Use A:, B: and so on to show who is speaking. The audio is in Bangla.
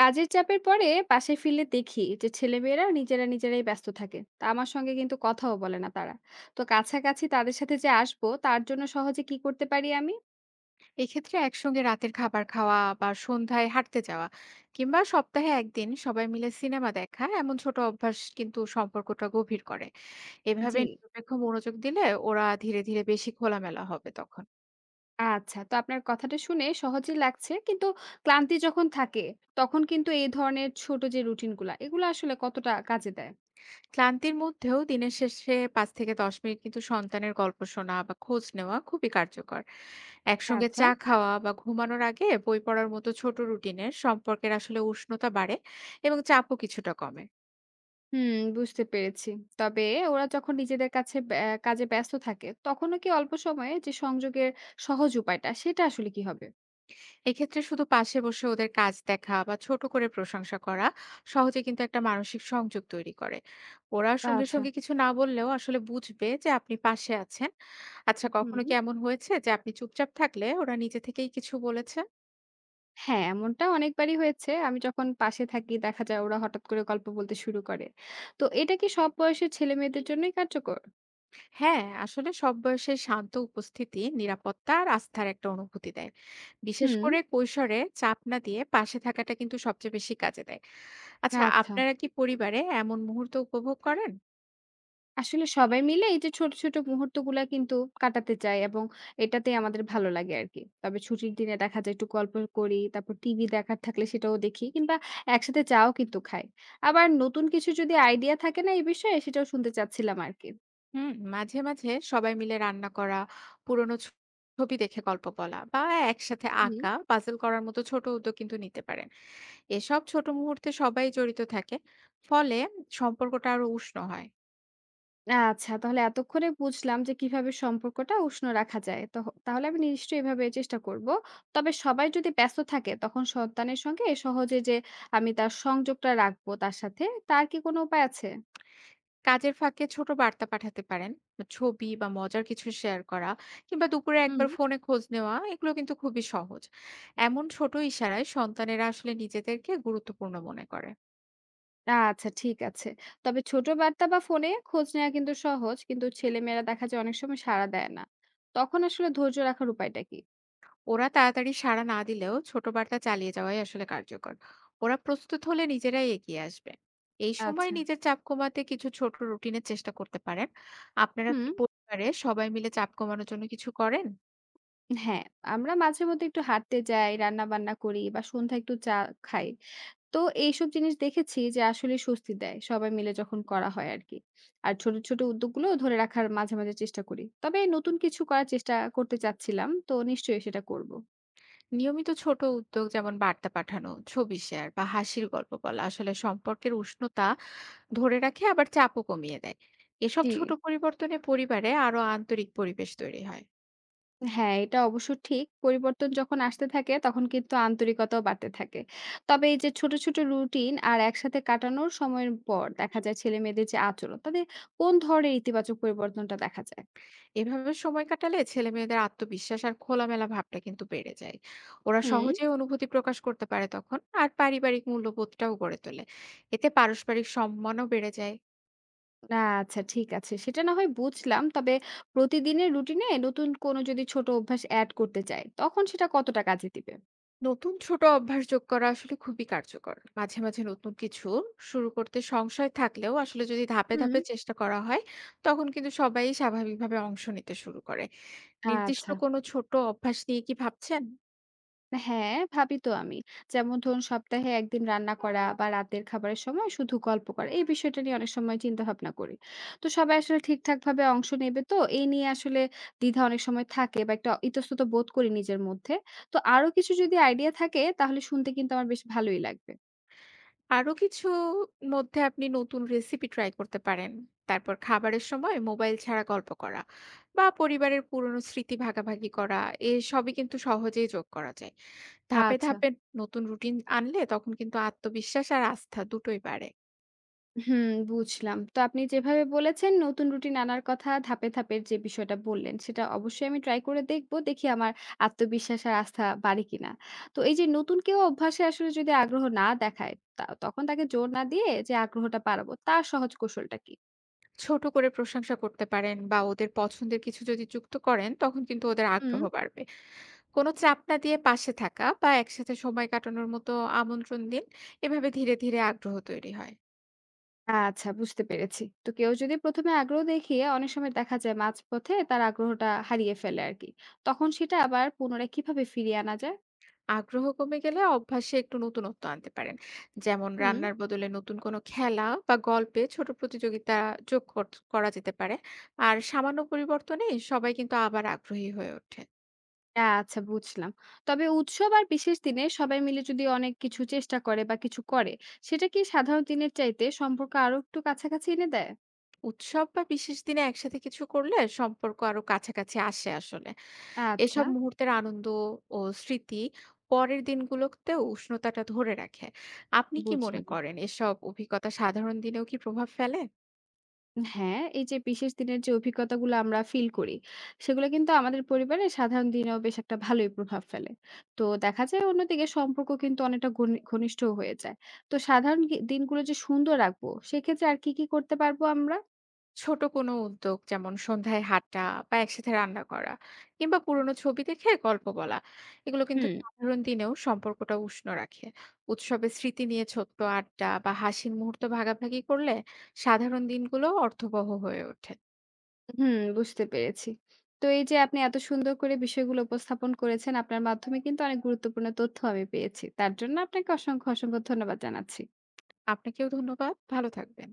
A: কাজের চাপের পরে পাশে ফিরলে দেখি যে ছেলেমেয়েরা নিজেরা নিজেরাই ব্যস্ত থাকে তা আমার সঙ্গে কিন্তু কথাও বলে না তারা। তো কাছাকাছি তাদের সাথে যে আসবো তার জন্য সহজে কি করতে পারি আমি?
B: এক্ষেত্রে একসঙ্গে রাতের খাবার খাওয়া বা সন্ধ্যায় হাঁটতে যাওয়া কিংবা সপ্তাহে একদিন সবাই মিলে সিনেমা দেখা এমন ছোট অভ্যাস কিন্তু সম্পর্কটা গভীর করে। এভাবে
A: জি।
B: নিরপেক্ষ মনোযোগ দিলে ওরা ধীরে ধীরে বেশি খোলামেলা হবে তখন।
A: আচ্ছা, তো আপনার কথাটা শুনে সহজে লাগছে কিন্তু ক্লান্তি যখন থাকে, তখন কিন্তু এই ধরনের ছোট যে রুটিনগুলা এগুলো আসলে কতটা কাজে দেয়?
B: ক্লান্তির মধ্যেও দিনের শেষে 5 থেকে 10 মিনিট কিন্তু সন্তানের গল্প শোনা বা খোঁজ নেওয়া খুবই কার্যকর। একসঙ্গে
A: আচ্ছা।
B: চা খাওয়া বা ঘুমানোর আগে বই পড়ার মতো ছোট রুটিনের সম্পর্কের আসলে উষ্ণতা বাড়ে এবং চাপও কিছুটা কমে।
A: হুম, বুঝতে পেরেছি। তবে ওরা যখন নিজেদের কাছে কাজে ব্যস্ত থাকে তখনও কি অল্প সময়ে যে সংযোগের সহজ উপায়টা সেটা আসলে কি হবে?
B: এক্ষেত্রে শুধু পাশে বসে ওদের কাজ দেখা বা ছোট করে প্রশংসা করা সহজে কিন্তু একটা মানসিক সংযোগ তৈরি করে। ওরা সঙ্গে
A: আচ্ছা।
B: সঙ্গে কিছু না বললেও আসলে বুঝবে যে আপনি পাশে আছেন। আচ্ছা,
A: হুম।
B: কখনো কি এমন হয়েছে যে আপনি চুপচাপ থাকলে ওরা নিজে থেকেই কিছু বলেছে?
A: হ্যাঁ, এমনটা অনেকবারই হয়েছে। আমি যখন পাশে থাকি দেখা যায় ওরা হঠাৎ করে গল্প বলতে শুরু করে। তো এটা কি সব বয়সের ছেলেমেয়েদের জন্যই কার্যকর?
B: হ্যাঁ, আসলে সব বয়সে শান্ত উপস্থিতি নিরাপত্তা আর আস্থার একটা অনুভূতি দেয়। বিশেষ
A: হুম।
B: করে কৈশোরে চাপ না দিয়ে পাশে থাকাটা কিন্তু সবচেয়ে বেশি কাজে দেয়। আচ্ছা,
A: আচ্ছা।
B: আপনারা কি পরিবারে এমন মুহূর্ত উপভোগ করেন?
A: আসলে সবাই মিলে এই যে ছোট, ছোট মুহূর্তগুলা কিন্তু কাটাতে চাই, এবং এটাতেই আমাদের ভালো লাগে আরকি। তবে ছুটির দিনে দেখা যায় একটু গল্প করি, তারপর টিভি দেখার থাকলে সেটাও দেখি, কিংবা একসাথে চাও কিন্তু খাই। আবার নতুন কিছু যদি আইডিয়া থাকে না এই বিষয়ে সেটাও শুনতে চাচ্ছিলাম আরকি।
B: হুম, মাঝে, মাঝে সবাই মিলে রান্না করা, পুরোনো ছ ছবি দেখে গল্প বলা বা একসাথে
A: হুম।
B: আঁকা, পাজল করার মতো ছোট উদ্যোগ কিন্তু নিতে পারেন। এসব ছোট মুহূর্তে সবাই জড়িত থাকে। ফলে সম্পর্কটা আরো উষ্ণ হয়।
A: আচ্ছা, তাহলে এতক্ষণে বুঝলাম যে কিভাবে সম্পর্কটা উষ্ণ রাখা যায়। তাহলে আমি নিশ্চয়ই এভাবে চেষ্টা করব। তবে সবাই যদি ব্যস্ত থাকে তখন সন্তানের সঙ্গে সহজে যে আমি তার সংযোগটা রাখবো তার সাথে, তার কি কোনো উপায় আছে?
B: কাজের ফাঁকে ছোট বার্তা পাঠাতে পারেন। ছবি বা মজার কিছু শেয়ার করা কিংবা দুপুরে
A: হুম।
B: একবার ফোনে খোঁজ নেওয়া এগুলো কিন্তু খুবই সহজ। এমন ছোট ইশারায় সন্তানেরা আসলে নিজেদেরকে গুরুত্বপূর্ণ মনে করে।
A: আচ্ছা, ঠিক আছে। তবে ছোট বার্তা বা ফোনে খোঁজ নেওয়া কিন্তু সহজ, কিন্তু ছেলেমেয়েরা দেখা যায় অনেক সময় সাড়া দেয় না। তখন আসলে ধৈর্য রাখার উপায়টা কি?
B: ওরা তাড়াতাড়ি সাড়া না দিলেও ছোট বার্তা চালিয়ে যাওয়াই আসলে কার্যকর। ওরা প্রস্তুত হলে নিজেরাই এগিয়ে আসবে। এই সময়
A: আচ্ছা।
B: নিজের চাপ কমাতে কিছু ছোট রুটিনের চেষ্টা করতে পারেন। আপনারা কি
A: হুম,
B: পরিবারে সবাই মিলে চাপ কমানোর জন্য কিছু করেন?
A: হ্যাঁ, আমরা মাঝে মধ্যে একটু হাঁটতে যাই, রান্নাবান্না করি বা সন্ধ্যায় একটু চা খাই। তো এইসব জিনিস দেখেছি যে আসলে স্বস্তি দেয় সবাই মিলে যখন করা হয় আর কি। আর ছোট, ছোট উদ্যোগগুলো ধরে রাখার মাঝে, মাঝে চেষ্টা করি। তবে নতুন কিছু করার চেষ্টা করতে চাচ্ছিলাম। তো নিশ্চয়ই সেটা করব।
B: নিয়মিত ছোট উদ্যোগ যেমন বার্তা পাঠানো, ছবি শেয়ার বা হাসির গল্প বলা আসলে সম্পর্কের উষ্ণতা ধরে রাখে, আবার চাপও কমিয়ে দেয়। এসব
A: জি।
B: ছোট পরিবর্তনে পরিবারে আরো আন্তরিক পরিবেশ তৈরি হয়।
A: হ্যাঁ, এটা অবশ্য ঠিক। পরিবর্তন যখন আসতে থাকে তখন কিন্তু আন্তরিকতাও বাড়তে থাকে। তবে এই যে ছোট, ছোট রুটিন আর একসাথে কাটানোর সময়ের পর দেখা যায় ছেলেমেয়েদের যে আচরণ তাদের কোন ধরনের ইতিবাচক পরিবর্তনটা দেখা যায়?
B: এভাবে সময় কাটালে ছেলেমেয়েদের আত্মবিশ্বাস আর খোলামেলা ভাবটা কিন্তু বেড়ে যায়। ওরা
A: হুম।
B: সহজেই অনুভূতি প্রকাশ করতে পারে তখন, আর পারিবারিক মূল্যবোধটাও গড়ে তোলে। এতে পারস্পরিক সম্মানও বেড়ে যায়।
A: না, আচ্ছা, ঠিক আছে। সেটা না হয় বুঝলাম। তবে প্রতিদিনের রুটিনে নতুন কোনো যদি ছোট অভ্যাস এড করতে চাই, তখন সেটা কতটা কাজে দিবে?
B: নতুন ছোট অভ্যাস যোগ করা আসলে খুবই কার্যকর। মাঝে মাঝে নতুন কিছু শুরু করতে সংশয় থাকলেও আসলে যদি ধাপে
A: হুম।
B: ধাপে চেষ্টা করা হয়, তখন কিন্তু সবাই স্বাভাবিকভাবে অংশ নিতে শুরু করে। নির্দিষ্ট
A: আচ্ছা।
B: কোনো ছোট অভ্যাস নিয়ে কি ভাবছেন?
A: হ্যাঁ, ভাবি তো আমি। যেমন ধরুন সপ্তাহে ১ দিন রান্না করা বা রাতের খাবারের সময় শুধু গল্প করা। এই বিষয়টা নিয়ে অনেক সময় চিন্তা ভাবনা করি। তো সবাই আসলে ঠিকঠাকভাবে অংশ নেবে তো? এই নিয়ে আসলে দ্বিধা অনেক সময় থাকে বা একটা ইতস্তত বোধ করি নিজের মধ্যে। তো আরো কিছু যদি আইডিয়া থাকে তাহলে শুনতে কিন্তু আমার বেশ ভালোই লাগবে।
B: আরো কিছু মধ্যে আপনি নতুন রেসিপি ট্রাই করতে পারেন। তারপর খাবারের সময় মোবাইল ছাড়া গল্প করা বা পরিবারের পুরনো স্মৃতি ভাগাভাগি করা, এসবই কিন্তু সহজেই যোগ করা যায়। ধাপে,
A: আচ্ছা।
B: ধাপে নতুন রুটিন আনলে তখন কিন্তু আত্মবিশ্বাস আর আস্থা দুটোই বাড়ে।
A: হুম, বুঝলাম। তো আপনি যেভাবে বলেছেন নতুন রুটিন আনার কথা ধাপে, ধাপে যে বিষয়টা বললেন সেটা অবশ্যই আমি ট্রাই করে দেখব। দেখি আমার আত্মবিশ্বাস আর আস্থা বাড়ে কিনা। তো এই যে নতুন কেউ অভ্যাসে আসলে যদি আগ্রহ না দেখায়, তা তখন তাকে জোর না দিয়ে যে আগ্রহটা বাড়াবো তার সহজ কৌশলটা কি?
B: ছোট করে প্রশংসা করতে পারেন বা ওদের পছন্দের কিছু যদি যুক্ত করেন, তখন কিন্তু ওদের
A: হুম।
B: আগ্রহ বাড়বে। কোনো চাপ না দিয়ে পাশে থাকা বা একসাথে সময় কাটানোর মতো আমন্ত্রণ দিন। এভাবে ধীরে, ধীরে আগ্রহ তৈরি হয়।
A: আচ্ছা, বুঝতে পেরেছি। তো কেউ যদি ১ম এ আগ্রহ দেখিয়ে অনেক সময় দেখা যায় মাঝপথে তার আগ্রহটা হারিয়ে ফেলে আরকি। তখন সেটা আবার পুনরায় কিভাবে ফিরিয়ে আনা যায়?
B: আগ্রহ কমে গেলে অভ্যাসে একটু নতুনত্ব আনতে পারেন, যেমন
A: হুম।
B: রান্নার বদলে নতুন কোনো খেলা বা গল্পে ছোট প্রতিযোগিতা করা যেতে পারে। আর সামান্য পরিবর্তনে সবাই কিন্তু আবার আগ্রহী হয়ে ওঠে।
A: আচ্ছা, বুঝলাম। তবে উৎসব আর বিশেষ দিনে সবাই মিলে যদি অনেক কিছু চেষ্টা করে বা কিছু করে, সেটা কি সাধারণ দিনের চাইতে সম্পর্ক আরো একটু কাছাকাছি এনে দেয়?
B: উৎসব বা বিশেষ দিনে একসাথে কিছু করলে সম্পর্ক আরো কাছাকাছি আসে আসলে।
A: আচ্ছা,
B: এসব মুহূর্তের আনন্দ ও স্মৃতি পরের দিনগুলোতে উষ্ণতাটা ধরে রাখে। আপনি কি মনে
A: বুঝলাম।
B: করেন এসব অভিজ্ঞতা সাধারণ দিনেও কি প্রভাব ফেলে?
A: হ্যাঁ, এই যে বিশেষ দিনের যে অভিজ্ঞতাগুলো আমরা ফিল করি, সেগুলো কিন্তু আমাদের পরিবারে সাধারণ দিনেও বেশ একটা ভালোই প্রভাব ফেলে। তো দেখা যায় অন্যদিকে সম্পর্ক কিন্তু অনেকটা ঘনিষ্ঠ হয়ে যায়। তো সাধারণ দিনগুলো যে সুন্দর রাখবো, সেক্ষেত্রে আর কি, কি করতে পারবো আমরা?
B: ছোট কোনো উদ্যোগ যেমন সন্ধ্যায় হাঁটা বা একসাথে রান্না করা কিংবা পুরনো ছবি দেখে গল্প বলা, এগুলো কিন্তু
A: হুম।
B: সাধারণ দিনেও সম্পর্কটা উষ্ণ রাখে। উৎসবের স্মৃতি নিয়ে ছোট্ট আড্ডা বা হাসির মুহূর্ত ভাগাভাগি করলে সাধারণ দিনগুলো অর্থবহ হয়ে ওঠে।
A: হুম, বুঝতে পেরেছি। তো এই যে আপনি এত সুন্দর করে বিষয়গুলো উপস্থাপন করেছেন, আপনার মাধ্যমে কিন্তু অনেক গুরুত্বপূর্ণ তথ্য আমি পেয়েছি। তার জন্য আপনাকে অসংখ্য, অসংখ্য ধন্যবাদ জানাচ্ছি।
B: আপনাকেও ধন্যবাদ। ভালো থাকবেন।